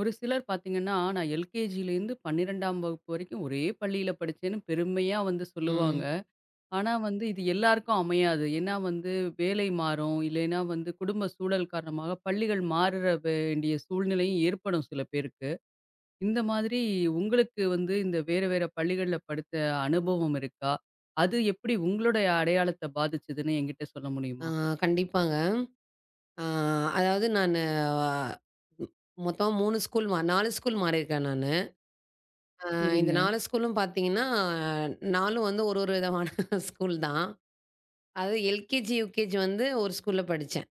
ஒரு சிலர் பார்த்தீங்கன்னா, நான் எல்கேஜிலேருந்து 12ஆம் வகுப்பு வரைக்கும் ஒரே பள்ளியில படிச்சேன்னு பெருமையா வந்து சொல்லுவாங்க. ம். ஆனா வந்து இது எல்லாருக்கும் அமையாது. ஏன்னா வந்து வேலை மாறும், இல்லைன்னா வந்து குடும்ப சூழல் காரணமாக பள்ளிகள் மாறுற வேண்டிய சூழ்நிலையும் ஏற்படும் சில பேருக்கு. இந்த மாதிரி உங்களுக்கு வந்து இந்த வேற வேற பள்ளிகள்ல படித்த அனுபவம் இருக்கா? அது எப்படி உங்களுடைய அடையாளத்த பாதிச்சதுன்னு என்கிட்ட சொல்ல ஆ முடியுமா? கண்டிப்பாங்க. ஆ அதாவது நானு அ ம் மொத்தம் 3 ஸ்கூல் 4 ஸ்கூல் மாறியிருக்கேன் நானு. ஆ இந்த சரிங்க. 4 ஸ்கூலும் பார்த்தீங்கன்னா, 4ம் வந்து ஒரு ஒரு விதமான ஸ்கூல் தான். அது எல்கேஜி, யுகேஜி வந்து ஒரு ஸ்கூல்ல படிச்சேன்.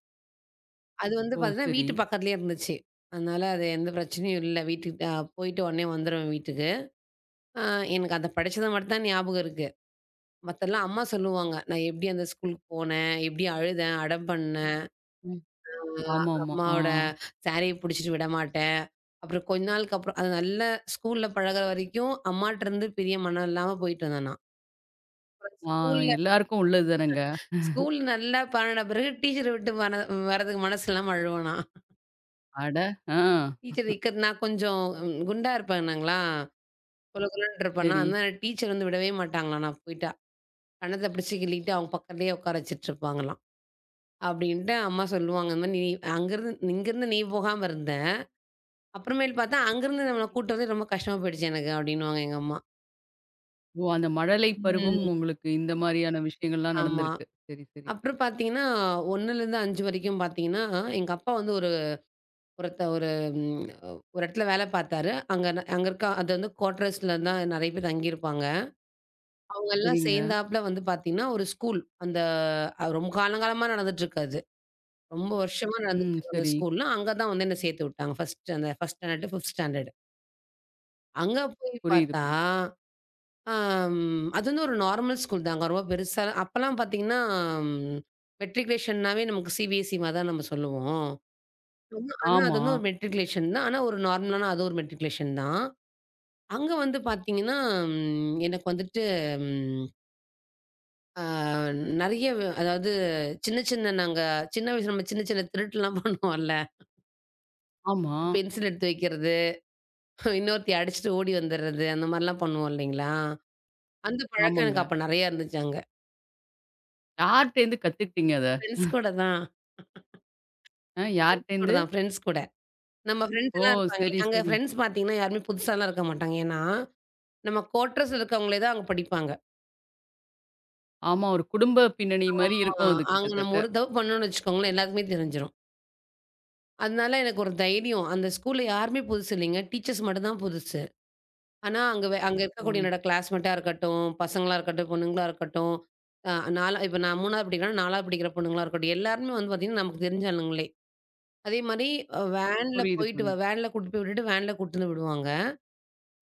அது வந்து ஓ! பார்த்தீங்கன்னா, சரி. வீட்டு பக்கத்துலயே இருந்துச்சு. அதனால அது எந்த பிரச்சனையும் இல்ல. வீட்டுக்கு போயிட்டு உடனே வந்துருவேன் வீட்டுக்கு. ஆ எனக்கு அத படிச்சது மட்டும் தான் ஞாபகம் இருக்கு. மத்ததெல்லாம் அம்மா சொல்லுவாங்க. நான் எப்படி அந்த ஸ்கூலுக்கு போனேன், எப்படி அழுதேன், அடம் பண்ணேன். ம். ஆ ஆமாமா. ஆ. அம்மாவோட சாரிய புடிச்சிட்டு விடமாட்டேன். அப்புறம் கொஞ்ச நாளுக்கு அப்புறம் அது நல்ல ஸ்கூல்ல பழகுற வரைக்கும் அம்மாட்டருந்து பிரிய மனம் இல்லாம போயிட்டு வந்தேன் நான். ஆ ஸ்கூல்ல எல்லாருக்கும் உள்ளது தானங்க. ஸ்கூல் நல்லா பழகுன பிறகு டீச்சர விட்டு வரதுக்கு மனசு இல்லாம அழுவேன் நான். அட! ஆ. டீச்சர் இக்கட் நான் கொஞ்சம் குண்டா இருப்பேனாங்களா, கொழ கொழன்னு இருப்பேனா, சரி. அதனால டீச்சர் வந்து விடவே மாட்டாங்களாம் நான் போயிட்டா. கண்ணத்த பிடிச்சு கிள்ளிட்டு அவங்க பக்கத்துலயே உட்கார வச்சுட்டு இருப்பாங்களாம். அப்படின்ட்டு அம்மா சொல்லுவாங்க, "இந்த மாரி நீ அங்கருந்து இங்கருந்து நீ போகாம இருந்துரு." அப்புறமேல் பார்த்தா, அங்கருந்து நம்மள கூட்டு வரது ரொம்ப கஷ்டமா போயிடுச்சு எனக்கு அப்டின்னுவாங்க எங்க அம்மா. ஓ! அந்த மழலை பருவம் ம். உங்களுக்கு இந்த மாரியான விஷயங்கள்லாம் ஆமா. நடந்திருக்கு. சரி, சரி. அப்புறம் பார்த்தீங்கன்னா, 1லருந்து 5 வரைக்கும் பார்த்தீங்கன்னா, எங்க அப்பா வந்து ஒரு ஒருத்த ஒரு ம் ஒரு இடத்துல வேல பார்த்தாரு. அங்க இருக்க அது வந்து குவார்டர்ஸ்ல தான் நெறைய பேர் தங்கியிருப்பாங்க. அவங்கலாம் சரிங்க. சேர்ந்தாப்ல வந்து பார்த்தீங்கன்னா, ஒரு ஸ்கூல். அந்த ரொம்ப காலங்காலமா நடந்துட்டுருக்கு அது. ரொம்ப வருஷமா ம். நடந்துட்டுருக்கு அந்த சரி. ஸ்கூல்ல. அங்க தான் வந்து என்ன சேர்த்து விட்டாங்க. 1 ஸ்டாண்டர்ட், 5த் ஸ்டாண்டர்ட். அங்க போய் புரியுது, பார்த்தா புரியுது. ஆம். அது வந்து ஒரு நார்மல் ஸ்கூல் தாங்க. ரொம்ப பெருசா அப்பலாம் பார்த்தீங்கன்னா, ம் மெட்ரிகுலேஷன்னாவே நமக்கு சிபிஎஸ்இ மாரி தான் நம்ம சொல்லுவோம். ஆனா ஆனா அது ஆமா, வந்து ஒரு மெட்ரிகுலேஷன் தான். ஆனா ஒரு நார்மலான அது ஒரு மெட்ரிகுலேஷன் தான். அங்க வந்து பார்த்தீங்கன்னா, எனக்கு வந்துட்டு ம் ஆ நெறைய அதாவது சின்ன சின்ன நாங்க சின்ன வயசுல நம்ம சின்ன சின்ன திருட்டுலாம் பண்ணுவோம்ல. ஆமா, பென்சில் எடுத்து வைக்கிறது, இன்னொருத்திய அடிச்சுட்டு ஓடி வந்துர்றது, அந்த மாரிலாம் பண்ணுவோம் இல்லைங்களா? அந்த பழக்கம் ஆமாங்க. எனக்கு அப்ப நெறையா இருந்துச்சு அங்க. யார்ட்டேருந்து கத்துக்கிட்டீங்க அத? ஃப்ரெண்ட்ஸ் கூட தான். அ ஃப்ரெண்ட்ஸ் கூட யார்ட்டேருந்து? தான், ஃப்ரெண்ட்ஸ் கூட. நம்ம ஃப்ரெண்ட்ஸ் ஓ! எல்லாம் இருப்பாங்களே, சரி, அங்க சரி. ஃப்ரெண்ட்ஸ் பார்த்தீங்கன்னா, யாருமே புதுசாலாம் இருக்க மாட்டாங்க. ஏன்னா, நம்ம குவார்ட்டர்ஸ்ல இருக்கவங்களே தான் அங்க படிப்பாங்க. ஆமா, ஒரு குடும்ப பின்னணி மாரி ஆமா. இருக்கும் அது அங்க நம்ம கிட்டத்தட்ட. ஒரு தப்பு பண்ணோம்னு வச்சுக்கோங்களேன், எல்லாருக்குமே தெரிஞ்சிரும். அதனால எனக்கு ஒரு தைரியம். அந்த ஸ்கூல்ல யாருமே புதுசு இல்லைங்க. டீச்சர்ஸ் மட்டும் தான் புதுசு. ஆனா, அங்க ஓ! இருக்கக்கூடிய என்னோட கிளாஸ்மேட்டா இருக்கட்டும், பசங்களா இருக்கட்டும், பொண்ணுங்களா இருக்கட்டும், அ 4 இப்ப நான் 3வது படிக்கிறேன்னா, 4வது படிக்கிற பொண்ணுங்களா இருக்கட்டும், எல்லாருமே வந்து பார்த்தீங்கன்னா, நமக்கு தெரிஞ்ச ஆளுங்களே. அதே மாரி, வேன்ல புரியுது, போயிட்டு புரியுது. வேன்ல கூட்டிட்டு போய் விட்டுட்டு, வேன்ல கூட்டிட்டு வந்து விடுவாங்க.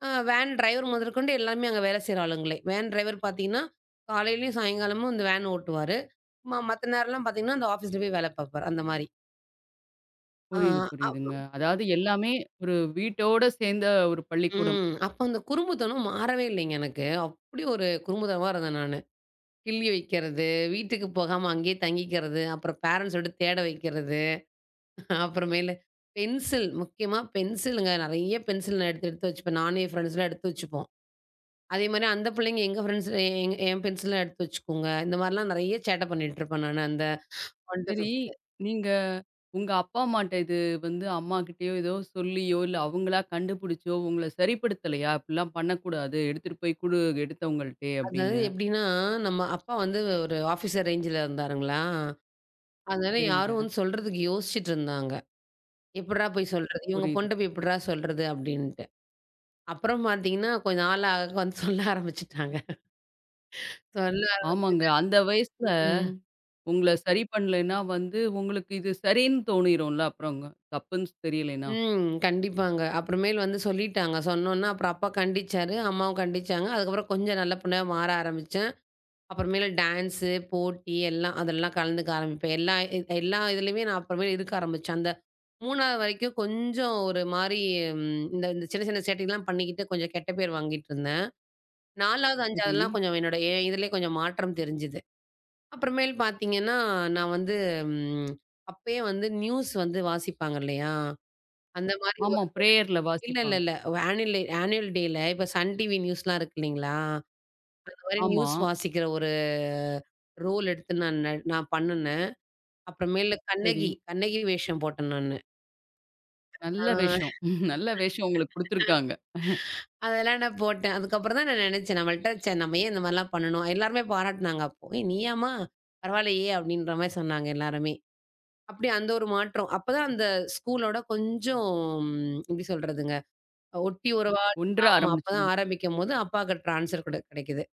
வேன் டிரைவர் முதற்கொண்டு எல்லாருமே அங்க வேலை செய்ற ஆளுங்களே. வேன் டிரைவர் பார்த்தீங்கன்னா, காலையிலயும் சாயங்காலமும் இந்த வேன் ஓட்டுவாரு. மத்த நேரம்லாம் பார்த்தீங்கன்னா, அந்த ஆஃபீஸ்ல போய் வேலை பார்ப்பாரு. அந்த மாரி. ஆ புரியுது, அப் புரியுதுங்க. அதாவது எல்லாமே ஒரு வீட்டோட சேர்ந்த ஒரு பள்ளிக்கூடம். ம். அப்ப அந்த குறும்புத்தனம் மாறவே இல்லைங்க எனக்கு. அப்படி ஒரு குறும்புத்தனமா இருந்தேன் நானு. கிள்ளி வைக்கிறது, வீட்டுக்கு போகாம அங்கேயே தங்கிக்கிறது, அப்புறம் பேரண்ட்ஸோட தேட வைக்கிறது, அப்புறமேலு பென்சில் முக்கியமா பென்சிலுங்க. நெறைய பென்சில் நான் எடுத்து எடுத்து வச்சுப்பேன். நானும் என் ஃப்ரெண்ட்ஸ்லாம் எடுத்து வச்சுப்போம். அதே மாரி அந்த புள்ளைங்க எங்க ஃப்ரெண்ட்ஸ் எங் என் பென்சில்லாம் எடுத்து வச்சுக்குங்க. இந்த மாரிலாம் நெறைய சேட்ட பண்ணிட்டு இருப்பேன் நானு அந்த 1 டூ சரி, 5த் நீங்க உங்க அப்பா அம்மாட்ட இது வந்து அம்மாகிட்டயோ ஏதோ சொல்லியோ, இல்ல அவங்களா கண்டுபிடிச்சோ உங்கள சரிப்படுத்தலையா? "இப்படிலாம் பண்ணக்கூடாது. எடுத்துட்டு போய் குடு எடுத்தவங்கள்ட்டே" அதாவது அப்படின்னு. எப்படின்னா, நம்ம அப்பா வந்து ஒரு ஆஃபீஸர் ரேஞ்சுல இருந்தாருங்களா, அதனால யாரும் சரிங்க. வந்து சொல்றதுக்கு யோசிச்சுட்டு இருந்தாங்க. "எப்புட்றா போய் சொல்றது? இவங்க புரியுது. பொண்ட்ட போய் எப்புட்றா சொல்றது?" அப்படின்ட்டு. அப்புறம் பார்த்தீங்கன்னா, கொஞ்ச நாள் ஆக ஆக வந்து சொல்ல ஆரம்பிச்சுட்டாங்க. சொல்ல ஆமாங்க. அந்த வயசுல ம். உங்கள சரி பண்ணலைன்னா வந்து உங்களுக்கு இது சரின்னு தோணிரும்ல அப்புறங்க. தப்புன்னு தெரியலைன்னா. ம். கண்டிப்பாங்க. அப்புறமேல் வந்து சொல்லிட்டாங்க. சொன்னோன்ன அப்புறம் அப்பா கண்டிச்சாரு, அம்மாவும் கண்டிச்சாங்க. அதுக்கப்புறம் கொஞ்சம் நல்ல பொண்ணா மாற ஆரம்பிச்சு அப்புறமேலு டான்ஸு, போட்டி எல்லாம் அதெல்லாம் கலந்துக்க ஆரம்பிப்பேன். எல்லா இதுலயுமே நான் அப்புறமேல் இருக்க ஆரம்பிச்சேன். அந்த 3வது வரைக்கும் கொஞ்சம் ஒரு மாரி ம் இந்த இந்த சின்ன சின்ன சேட்டைலாம் பண்ணிக்கிட்டு கொஞ்சம் கெட்ட பேர் வாங்கிட்டுருந்தேன். 4வது, சரி. 5வதுலாம் கொஞ்சம் என்னோட எ இதுலயே கொஞ்சம் மாற்றம் தெரிஞ்சுது. அப்புறமேல் பார்த்தீங்கன்னா, நான் வந்து ம் அப்பயே வந்து நியூஸ் வந்து வாசிப்பாங்க இல்லையா? அந்த மாரி ஆமா. ஒரு பிரேயர்ல இல்ல, இல்ல, வாசிப்பாங்க. இல்ல. ஆனுவல் டேல இப்ப சன் டிவி நியூஸ்லாம் இருக்கு இல்லைங்களா? அந்த மாரி ஆமா. நியூஸ் வாசிக்கிற ஒரு ரோல் எடுத்து நான் பண்ணுனேன். அப்புறமேலு சரி. கண்ணகி, கண்ணகி வேஷம் போட்டேன் நானு. நல்ல ஆ வேஷம். நல்ல வேஷம் உங்களுக்கு குடுத்துருக்காங்க. அதெல்லாம் நான் போட்டேன். அதுக்கப்புறம் தான் நான் நெனச்சேன் நம்மள்ட்ட ச்சே நம்ம ஏன் இந்த மாரிலாம் பண்ணணும்? எல்லாருமே பாராட்டுனாங்க அப்போ. "ஏய் நீயாம்மா? பரவாயில்லயே!" அப்படின்ற மாரி சொன்னாங்க எல்லாருமே. அப்படியே அந்த ஒரு மாற்றம். அப்பதான் அந்த ஸ்கூலோட கொஞ்சம் எப்படி சொல்றதுங்க? ஒட்டி உறவா 1 ஆமா. அப்பதான் ஆரம்பிச்சீங்க. ஆரம்பிக்கும்போது அப்பாக்கு ட்ரான்ஸ்ஃபர் கூட கெடைக்குது.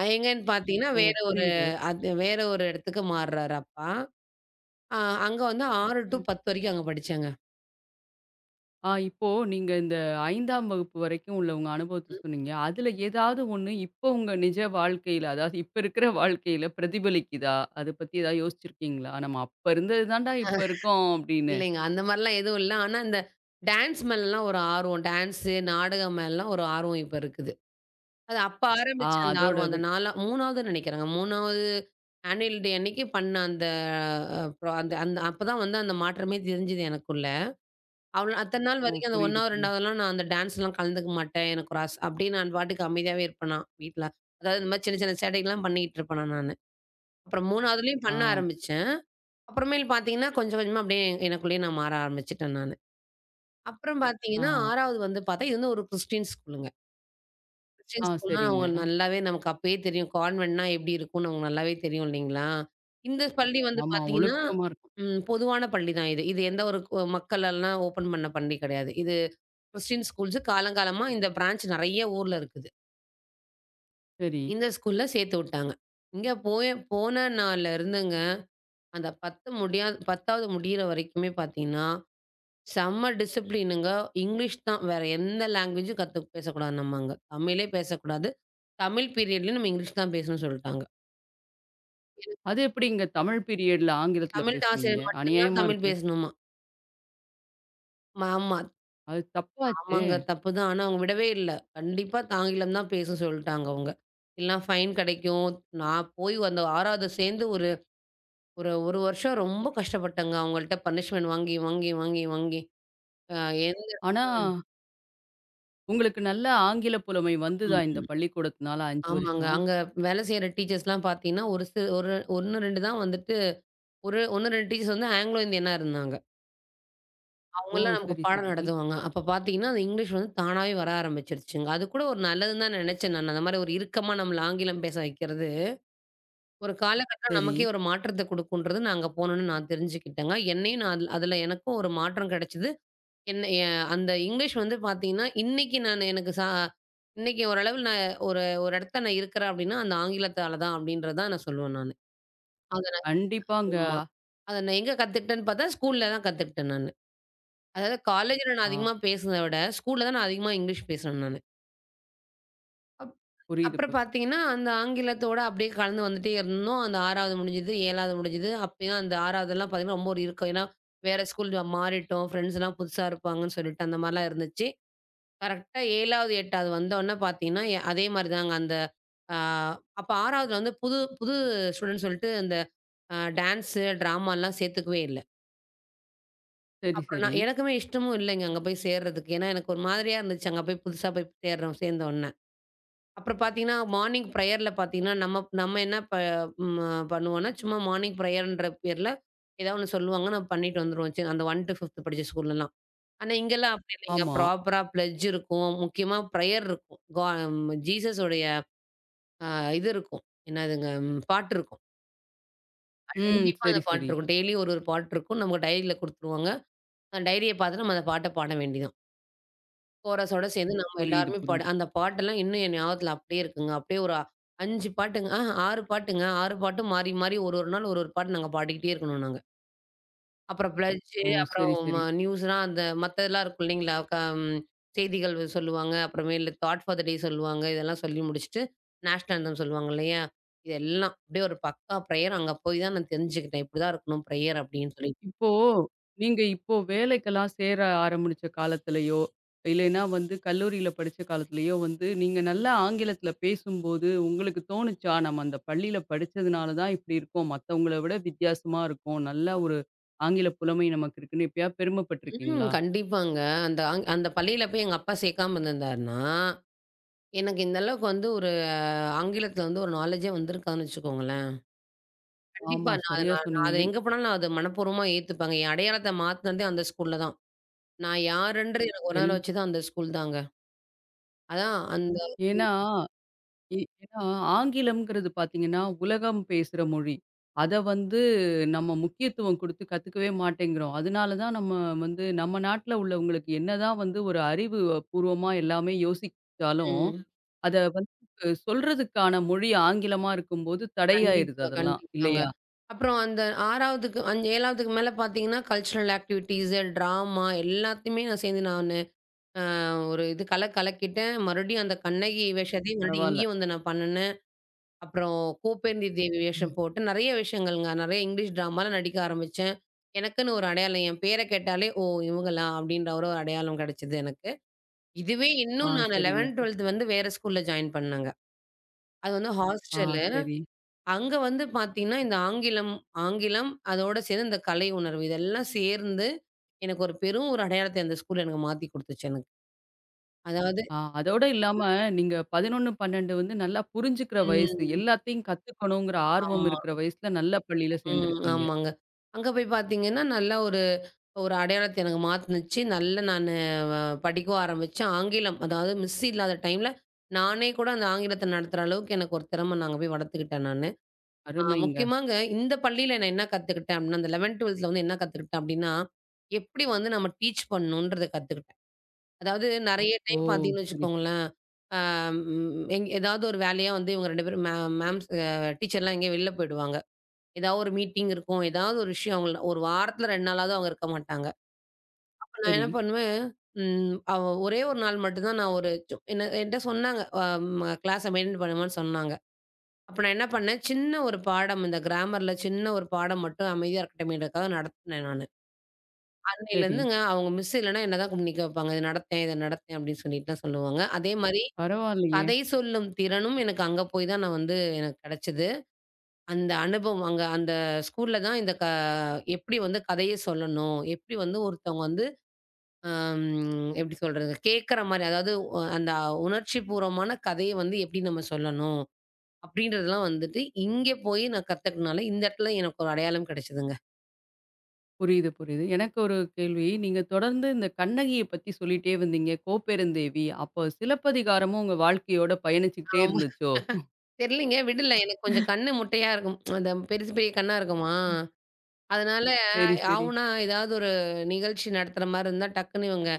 எங்கன்னு பார்த்தீங்கன்னா, ஓ! வேற ஒரு புரியுது. அது வேற ஒரு இடத்துக்கு மாறுறாரு அப்பா. அ அங்க வந்து ம். 6-10 வரைக்கும் அங்க படிச்சேங்க. ஆ இப்போ நீங்க இந்த 5ஆம் வகுப்பு வரைக்கும் உள்ள உங்க அனுபவத்த ம். சொன்னீங்க. அதுல ஏதாவது ஒண்ணு இப்போ உங்க நிஜ வாழ்க்கையில, அதாவது இப்ப இருக்கிற வாழ்க்கையில பிரதிபலிக்குதா? அத பத்தி ஏதாவது யோசிச்சிருக்கீங்களா? நம்ம அப்ப இருந்தது தான்டா இப்ப இருக்கோம் அப்படின்னு. இல்லைங்க. அந்த மாரிலாம் எதுவும் இல்ல. ஆனா, இந்த டான்ஸ் மேலலாம் ஒரு ஆர்வம். டான்ஸு, நாடகம் மேலலாம் ஒரு ஆர்வம் இப்ப இருக்குது. அது அப்ப ஆ ஆரம்பிச்ச அந்த அதோட ஆர்வம். அந்த நாலா 3வது நெனைக்கிறேங்க. 3வது ஆனுவல் டே அன்னைக்கு பண்ண அந்த அ அப்புறம் அந்த அந்த அப்பதான் வந்து அந்த மாற்றமே தெரிஞ்சது எனக்குள்ள. அவ்ளோ அத்தன நாள் ஓ வரைக்கும் அந்த புரியுது, 1வது, புரியுது. 2வதுலாம் நான் அந்த டான்ஸ்லாம் கலந்துக்க மாட்டேன். எனக்கு ஒரு ஆச அப்டியே நான் பாட்டுக்கு அமைதியாவே இருப்பேனா வீட்ல. அதாவது இந்த மாரி சின்ன சின்ன சேட்டைகள்லாம் பண்ணிட்டு இருப்பேனா நானு. அப்புறம் 3வதுலயும் ஆ, பண்ண ஆரம்பிச்சேன். அப்புறமேல் பார்த்தீங்கன்னா, கொஞ்சம் கொஞ்சமா அப்டியே எனக்குள்ளேயே நான் மாற ஆரம்பிச்சுட்டேன் நானு. அப்புறம் ஆ, பார்த்தீங்கன்னா, 6வது வந்து பார்த்தா, இது வந்து ஒரு கிறிஸ்டியன் ஸ்கூலுங்க. கிறிஸ்டியன் ஆ ஸ்கூல்னா அவங்க சரிங்க. நல்லாவே நமக்கு அப்பயே தெரியும். கான்வென்ட்னா எப்படி இருக்கும்னு நமக்கு நல்லாவே தெரியும் இல்லைங்களா? இந்த பள்ளி வந்து ஆமா பார்த்தீங்கன்னா, ஒழுக்கமா இருக்கும். பொதுவான பள்ளி தான் இது. இது எந்த ஒரு மக்கள் எல்லாம் ஓப்பன் பண்ண பள்ளி கிடையாது. இது கிறிஸ்டியன் ஸ்கூல்ஸ் காலங்காலமா இந்த பிரான்ச் நெறைய ஊர்ல இருக்குது. சரி. இந்த ஸ்கூல்ல சேர்த்து விட்டாங்க. இங்க போய் போன நாள்ல இருந்துங்க, அந்த 10 முடியா 10வது முடியிற வரைக்குமே பார்த்தீங்கன்னா செம்ம டிசிப்ளினுங்க. இங்கிலீஷ் தான். வேற எந்த லாங்குவேஜும் கத்து பேசக்கூடாது நம்ம அங்க. தமிழே பேசக்கூடாது. தமிழ் பீரியட்லயும் நம்ம இங்கிலீஷ் தான் பேசணும்னு சொல்ட்டாங்க. எனக்கு அது எப்படி இங்க தமிழ் பீரியட்ல ஆங்கிலத்துல தமிழ் பேசுவீங்க? ஆசிரியர் மட்டும் தான் அநியாயமா தமிழ் இருக்கு. பேசணுமா. ஆமா. அது தப்பாச்சே! ஆமாங்க. தப்பு தான். ஆனா அவங்க விடவே இல்ல. கண்டிப்பா ஆங்கிலம் தான் பேச சொல்ட்டாங்க அவங்க. இல்லனா ஃபைன் கிடைக்கும். நான் போய் அந்த 6வது சேர்ந்து ஒரு ஒரு 1 வருஷம் ரொம்ப கஷ்டப்பட்டேங்க. அவங்கள்ட்ட பனிஷ்மென்ட் வாங்கி, வாங்கி, வாங்கி, வாங்கி. அ எந்த ஆனா ம். உங்களுக்கு நல்ல ஆங்கில புலமை வந்துதா இந்த ம். பள்ளிக்கூடத்துனால 5 ஆமாங்க. வருஷம்? அங்க வேலை செய்ற டீச்சர்ஸ்லாம் பார்த்தீங்கன்னா, ஒரு 1, 2 டீச்சர்ஸ் வந்து ஆங்கிலோ இந்தியனா இருந்தாங்க. ஓ! அவங்கலாம் நமக்கு சரி, பாடம் சரி. நடத்துவாங்க. அப்ப பார்த்தீங்கன்னா, அந்த இங்கிலீஷ் வந்து தானாவே வர ஆரம்பிச்சுருச்சுங்க. அது கூட ஒரு நல்லதுன்னு தான் நெனச்சேன் நானு. அந்த மாரி ஒரு இறுக்கமா நம்மள ஆங்கிலம் பேச வைக்கிறது, ஒரு காலகட்டம் சரி. நமக்கே ஒரு மாற்றத்த குடுக்குன்றது நான் அங்க போனோனே நான் தெரிஞ்சுக்கிட்டேங்க. என்னையும் நான் அதுல அதுல எனக்கும் ஒரு மாற்றம் கெடச்சது. என்ன எ அந்த இங்கிலீஷ் வந்து பார்த்தீங்கன்னா, இன்னைக்கு ஓரளவு நான் ஒரு ஒரு இடத்துல நான் இருக்கிறேன் அப்டின்னா, அந்த ஆங்கிலத்தால தான் அப்டின்றத தான் நான் சொல்லுவேன் நானு. அத நான் கண்டிப்பாங்க. ஆமா. அத நான் எங்க கத்துக்கிட்டேன்னு பார்த்தா, ஸ்கூல்ல தான் கத்துக்கிட்டேன் நானு. அதாவது காலேஜ்ல நான் ஆ அதிகமா பேசுனத விட, ஸ்கூல்ல தான் நான் அதிகமா இங்கிலீஷ் பேசுனேன் நானு. அப் புரியுது, அப்புறம் புரியுது. பார்த்தீங்கன்னா, அந்த ஆங்கிலத்தோட அப்படியே கலந்து வந்துட்டே இருந்தோம். அந்த 6வது முடிஞ்சது, 7வது முடிஞ்சது. அப்பயும் அந்த 6வதுலாம் பார்த்தீங்கன்னா, ரொம்ப ஒரு இறுக்கம். ஏன்னா, வேற ஸ்கூல் மாறிட்டோம். ஃப்ரெண்ட்ஸ்லாம் புதுசா இருப்பாங்கன்னு சொல்லிட்டு அந்த மாரிலாம் இருந்துச்சு. கரெக்ட்டா 7வது, 8வது வந்தோனே பார்த்தீங்கன்னா, அதே மாரி தாங்க அந்த ஆ அப்ப 6வதுல வந்து புது புது ஸ்டூடண்ட்ஸ் சொல்லிட்டு, இந்த டான்ஸு, டிராமாலாம் சேர்த்துக்கவே இல்ல. சரி, அப்புறம் சரி. நான் எனக்குமே இஷ்டமும் இல்லைங்க அங்க போய் சேர்றதுக்கு. ஏன்னா, எனக்கு ஒரு மாதிரியா இருந்துச்சு. அங்க போய் புதுசா போய் சேர்றோம் சேர்ந்தோன்ன. அப்புறம் பார்த்தீங்கன்னா, மார்னிங் ப்ரேயர்ல பார்த்தீங்கன்னா, நம்ம நம்ம என்ன ப ம பண்ணுவோம்னா, சும்மா மார்னிங் ப்ரேயர்ன்ற பேர்ல ஏதாவது ஒண்ணு சொல்லுவாங்க. நம்ம பண்ணிட்டு வந்துருவோம். சரி அந்த 1 டூ 5த் படிச்ச ஸ்கூல்லலாம். ஆனா, இங்கலாம் அப்படி இல்லைங்க. ஆமா. ப்ராப்பரா பிளெட்ஜ் இருக்கும். முக்கியமா ப்ரேயர் இருக்கும். ஜீசஸ் உடைய அ இது இருக்கும். பாட்டு இருக்கும். ம். கண்டிப்பா அந்த சரி, பாட்டு சரி. இருக்கும். டெய்லியும் ஒரு ஒரு பாட்டு இருக்கும். நமக்கு டைரியில குடுத்துருவாங்க. அந்த டைரிய பார்த்து நம்ம அந்த பாட்ட பாட வேண்டியது தான். கோரஸோட சேர்ந்து நம்ம புரியுது, எல்லாருமே பாடு புரியுது. அந்த பாட்டெல்லாம் இன்னும் என் ஞாபகத்துல அப்படியே இருக்குங்க. அப்படியே ஒரு 5 பாட்டுங்க. ஆஹா 6 பாட்டுங்க. 6 பாட்டும் மாறி, மாறி ஒரு, ஒரு நாள் ஒரு, ஒரு பாட்டு நாங்க பாடிக்கிட்டே இருக்கணும் நாங்க. அப்புறம் பிளட்ஜு, ஓ! அப்புறம் சரி, சரி. நியூஸ்லாம் அந்த மத்ததெல்லாம் இருக்கும் இல்லைங்களா? க ம் செய்திகள் சொல்லுவாங்க. அப்புறமேலு தாட் ஃபார் த டே சொல்லுவாங்க. இதெல்லாம் சொல்லி முடிச்சுட்டு, நேஷனல் ஆந்தம் சொல்லுவாங்க இல்லையா? இதெல்லாம் அப்படியே ஒரு பக்கா ப்ரேயர் அங்க போய் தான் நான் தெரிஞ்சுக்கிட்டேன். இப்படிதான் இருக்கணும் ப்ரேயர் அப்படின்னு சொல்லி. இப்போ நீங்க இப்போ வேலைக்கெல்லாம் சேர ஆரம்பிச்ச காலத்துலயோ, இல்லைன்னா வந்து கல்லூரியில படிச்ச காலத்துலயோ வந்து, நீங்க நல்லா ஆங்கிலத்தில பேசும்போது உங்களுக்கு தோணுச்சா? நம்ம அந்த பள்ளியில படிச்சதுனால தான் இப்படி இருக்கோம். மத்தவங்கள விட வித்தியாசமா இருக்கோம். நல்ல ஒரு ஆங்கில புலமை நமக்கு இருக்குன்னு எப்பயாவது ம். பெருமைப்பட்டுருக்கீங்களா? கண்டிப்பாங்க. அந்த பள்ளியில போய் எங்க அப்பா சேர்க்காம இருந்திருந்தாருன்னா எனக்கு இந்த அளவுக்கு வந்து ஒரு ஆங்கிலத்தில வந்து ஒரு நாலேட்ஜே வந்திருக்காதுன்னு வச்சுக்கோங்களேன். கண்டிப்பா ஆமா. நான் அத சரியா நான் நான் சொன்னீங்க. அத என் எங்க போனாலும் நான் அத மனப்பூர்வமா ஏத்துப்பேங்க. என் அடையாளத்த மாத்துனதே அந்த ஸ்கூல்ல தான். நான் யாருன்றது எனக்கு உணர எல் வச்சது அந்த ஸ்கூல் தாங்க. அதான் அந்த ஏன்னா ஏ ஏன்னா, ஆங்கிலம்ங்கிறது பார்த்தீங்கன்னா, உலகம் பேசுற மொழி. அத வந்து நம்ம முக்கியத்துவம் குடுத்து கத்துக்கவே மாட்டேங்கிறோம். அதனால தான் நம்ம வந்து நம்ம நாட்ல உள்ளவங்களுக்கு என்னதான் வந்து ஒரு அறிவு பூர்வமா எல்லாமே யோசிச்சாலும், ம். அத வந்து சொல்றதுக்கான மொழி ஆங்கிலமா இருக்கும்போது தடையாயிருது கண்டிப்பா, அதெல்லாம். கண்டிப்பாங்க. இல்லையா? அப்புறம் அந்த 6வதுக்கு அஞ் 7வதுக்கு மேல பார்த்தீங்கன்னா, கல்ச்சுரல் ஆக்டிவிட்டீஸ், ட்ராமா எல்லாத்தையுமே நான் சேர்ந்து நானு அ ஒரு இது கல கலக்கிட்டேன். மறுபடியும் அந்த கண்ணகி வேஷத்தையும் மறுபடியும் பரவால்ல. இங்கேயும் வந்து நான் பண்ணுனேன். அப்புறம் கோப்பேந்தி தேவி ம். வேஷம் போட்டு நெறைய விஷயங்கள்ங்க. நெறைய இங்கிலீஷ் ட்ராமால நடிக்க ஆரம்பிச்சேன். எனக்குன்னு ஒரு அடையாளம். என் பேர கேட்டாலே, "ஓ! இவங்களா?" அப்படின்ற ஒரு அடையாளம் கிடைச்சது எனக்கு. இதுவே ஆ இன்னும் நான் 11, சரிங்க. 12 வந்து வேற ஸ்கூல்ல ஜாயின் பண்ணேங்க. அது வந்து ஆ ஹாஸ்டலு. சரி. அங்க வந்து பார்த்தீங்கன்னா, இந்த ஆங்கிலம் ஆங்கிலம் அதோட சேர்ந்து இந்த கலை உணர்வு இதெல்லாம் சேர்ந்து, எனக்கு ஒரு பெரும் ஒரு அடையாளத்த அந்த ஸ்கூல் எனக்கு மாத்தி குடுத்துச்சு எனக்கு. அதாவது ஆ அதோட இல்லாம நீங்க 11, 12 வந்து நல்லா புரிஞ்சுக்கிற வயசு. ம். எல்லாத்தையும் கத்துக்கணுங்கிற ஆர்வம் ஆமா. இருக்கிற வயசுல நல்ல பள்ளியில ம். சேர்ந்திருக்கீங்க. ஆமாங்க. அங்க போய் பார்த்தீங்கன்னா, நல்லா ஒரு ஒரு அடையாளத்த எனக்கு மாத்துனுச்சு. நல்ல நானு அ படிக்கவும் ஆரம்பிச்சேன். ஆங்கிலம் அதாவது மிஸ் இல்லாத டைம்ல, நானே கூட அந்த ஆங்கிலத்த நடத்துற அளவுக்கு எனக்கு ஒரு திறம நான் அங்க போய் வளர்த்துக்கிட்டேன் நானு. அருமைங்க. முக்கியமாங்க இந்த பள்ளியில நான் என்ன கத்துக்கிட்டேன் அப்டின்னா, அந்த 11, 12ல வந்து என்ன கத்துக்கிட்டேன் அப்டின்னா, எப்டி வந்து நம்ம டீச் பண்ணணுன்றத கத்துக்கிட்டேன். அதாவது நெறைய ஓ! டைம் பாத்தீங்கன்னு சரி, சரி. வச்சுக்கோங்களேன், அ ம் எங் ஏதாவது ஒரு வேலையா வந்து இவங்க 2 பேரும் மே மேம்ஸ் அ டீச்சர்லாம் எங்கேயோ வெளில போயிடுவாங்க. ஏதாவது ஒரு மீட்டிங் இருக்கும். ஏதாவது ஒரு விஷயம் அவங்கள ஒரு வாரத்துல 2 நாளாவது அவங்க இருக்க மாட்டாங்க. நான் சரி, என்ன பண்ணுவேன், ம் அவ ஒரே ஒரு நாள் மட்டும் தான் நான் ஒரு சு என்ன என்ட்ட சொன்னாங்க, அ ம கிளாஸ மெயின்டெயின் பண்ணுமான்னு சொன்னாங்க. அப்ப நான் என்ன பண்ணேன், சின்ன ஒரு பாடம் மட்டும் அமைதியா இருக்கட்டுமேன்றதுக்காக நடத்துனேன் நானு. சரி. அன்னையிலருந்துங்க அவங்க மிஸ் இல்லன்னா என்ன தான் நிக்க வைப்பாங்க. இத நடத்தேன், இத நடத்தேன் அப்படின்னு சொல்லிட்டு தான் சொல்லுவாங்க. அதே மாரி பரவாயில்லையே! கதை சொல்லும் திறனும் எனக்கு அங்க போய் தான் நான் வந்து எனக்கு கிடைச்சது. அந்த அனுபவம் அங்க அந்த ஸ்கூல்ல தான் இந்த க எப்படி வந்து கதைய சொல்லணும், எப்படி வந்து ஒருத்தவங்க வந்து அம் எப்படி சொல்றது? கேட்கற மாரி, அதாவது அந்த உணர்ச்சிபூர்வமான கதைய வந்து எப்படி நம்ம சொல்லணும்? அப்படின்றதெல்லாம் வந்துட்டு, இங்க போய் நான் கத்துக்கிட்டனால, இந்த இடத்துல எனக்கு ஒரு அடையாளம் கிடைச்சதுங்க. புரியுது, புரியுது. எனக்கு ஒரு கேள்வி. நீங்க தொடர்ந்து இந்த கண்ணகிய பத்தி சொல்லிட்டே வந்தீங்க. "கோப்பெருந்தேவி." அப்போ சிலப்பதிகாரமும் உங்க வாழ்க்கையோட பயணிச்சுக்கிட்டே ஆமா. இருந்துச்சோ? தெரியலைங்க, விடல. எனக்கு கொஞ்சம் கண்ணு முட்டையா இருக்கும். அந்த பெருசு பெரிய கண்ணா இருக்குமா, அதனால சரி, சரி. ஆவுன்னா ஏதாவது ஒரு நிகழ்ச்சி நடத்துற மாரி இருந்தா, டக்குன்னு இவங்க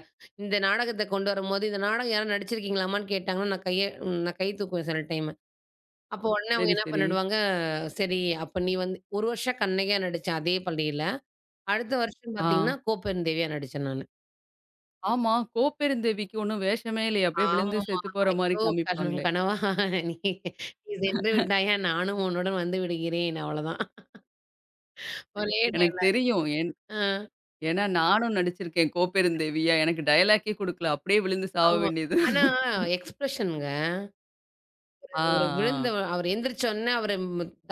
இந்த நாடகத்த கொண்டு வரும்போது, இந்த நாடகம் யாரும் நடிச்சிருக்கீங்களாமான்னு கேட்டாங்கன்னா, நான் கை தூக்குவேன் சில டைம். அப்போ உடனே அவங்க சரி, என்ன சரி. பண்ணிடுவாங்க, சரி அப்ப நீ வந்து 1 வருஷம் கண்ணகியா நடிச்சேன் அதே பள்ளியில. அடுத்த வருஷம் ஆ. பார்த்தீங்கன்னா, கோப்பெருந்தேவியா நடிச்சேன் நானு. ஆமா. கோப்பெருந்தேவிக்கு ஒண்ணும் வேஷமே இல்லையே! அப்படியே ஆமா. விழுந்து செத்து போற மாரி ஐயோ! காமிப்பாங்களே! கனவா நீ நீ சென்று விட்டாயா, நானும் உன்னுடன் வந்து விடுகிறேன். அவ்வளோதான். ஒரே எனக்கு டயலாக். தெரியும். ஆ ஏன்னா நானும் நடிச்சிருக்கேன் கோப்பெருந்தேவியா. எனக்கு டயலாக்கே குடுக்கல. அப்படியே விழுந்து சாவ ஆமா. வேண்டியது. ஆனா எக்ஸ்பிரஷன்ங்க. ஆ, ஒரு விழுந்த ஆ. அவரு எந்திரிச்ச உடனே அவரு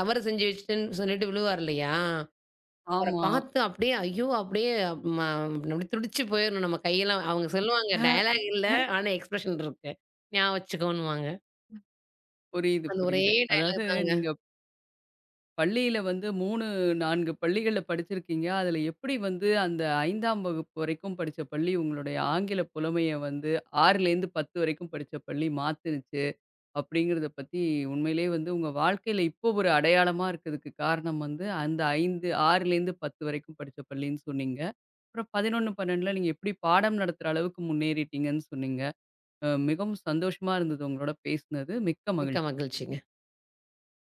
தவறு செஞ்சு வச்சுட்டேன்னு சொல்லிட்டு விழுவார் இல்லையா? அவர ஆமா. பார்த்து அப்படியே ஐயோ! அப்படியே ம அப்படியே துடிச்சு போயிரணும் நம்ம கையெல்லாம். அவங்க சொல்லுவாங்க, அ. டயலாக் இல்ல. ஆனா எக்ஸ்பிரஷன் இருக்கு. ஞாபகம் வச்சுக்கோன்னுவாங்க. புரியுது, அந்த ஒரே புரியுது. அதாவது டயலாக் தாங்க. நீங்க பள்ளியில வந்து 3, 4 பள்ளிகள்ல படிச்சிருக்கீங்க. அதுல எப்படி வந்து அந்த 5ஆம் வகுப்பு வரைக்கும் படிச்ச பள்ளி உங்களுடைய ஆங்கில புலமைய வந்து 6லேருந்து 10 வரைக்கும் படிச்ச பள்ளி மாத்துனுச்சு, அப்படிங்கிறத பத்தி உண்மையிலேயே வந்து உங்க வாழ்க்கையில இப்போ ஒரு அடையாளமா இருக்கிறதுக்கு காரணம் வந்து அந்த 5 6லேருந்து 10 வரைக்கும் படிச்ச பள்ளின்னு சொன்னீங்க. அப்புறம் 11, 12ல நீங்க எப்படி பாடம் நடத்துற அளவுக்கு முன்னேறிட்டீங்கன்னு சொன்னீங்க. அ மிகவும் சந்தோஷமா இருந்தது உங்களோட பேசினது. மிக்க மிக்க மகிழ்ச்சி. மகிழ்ச்சிங்க.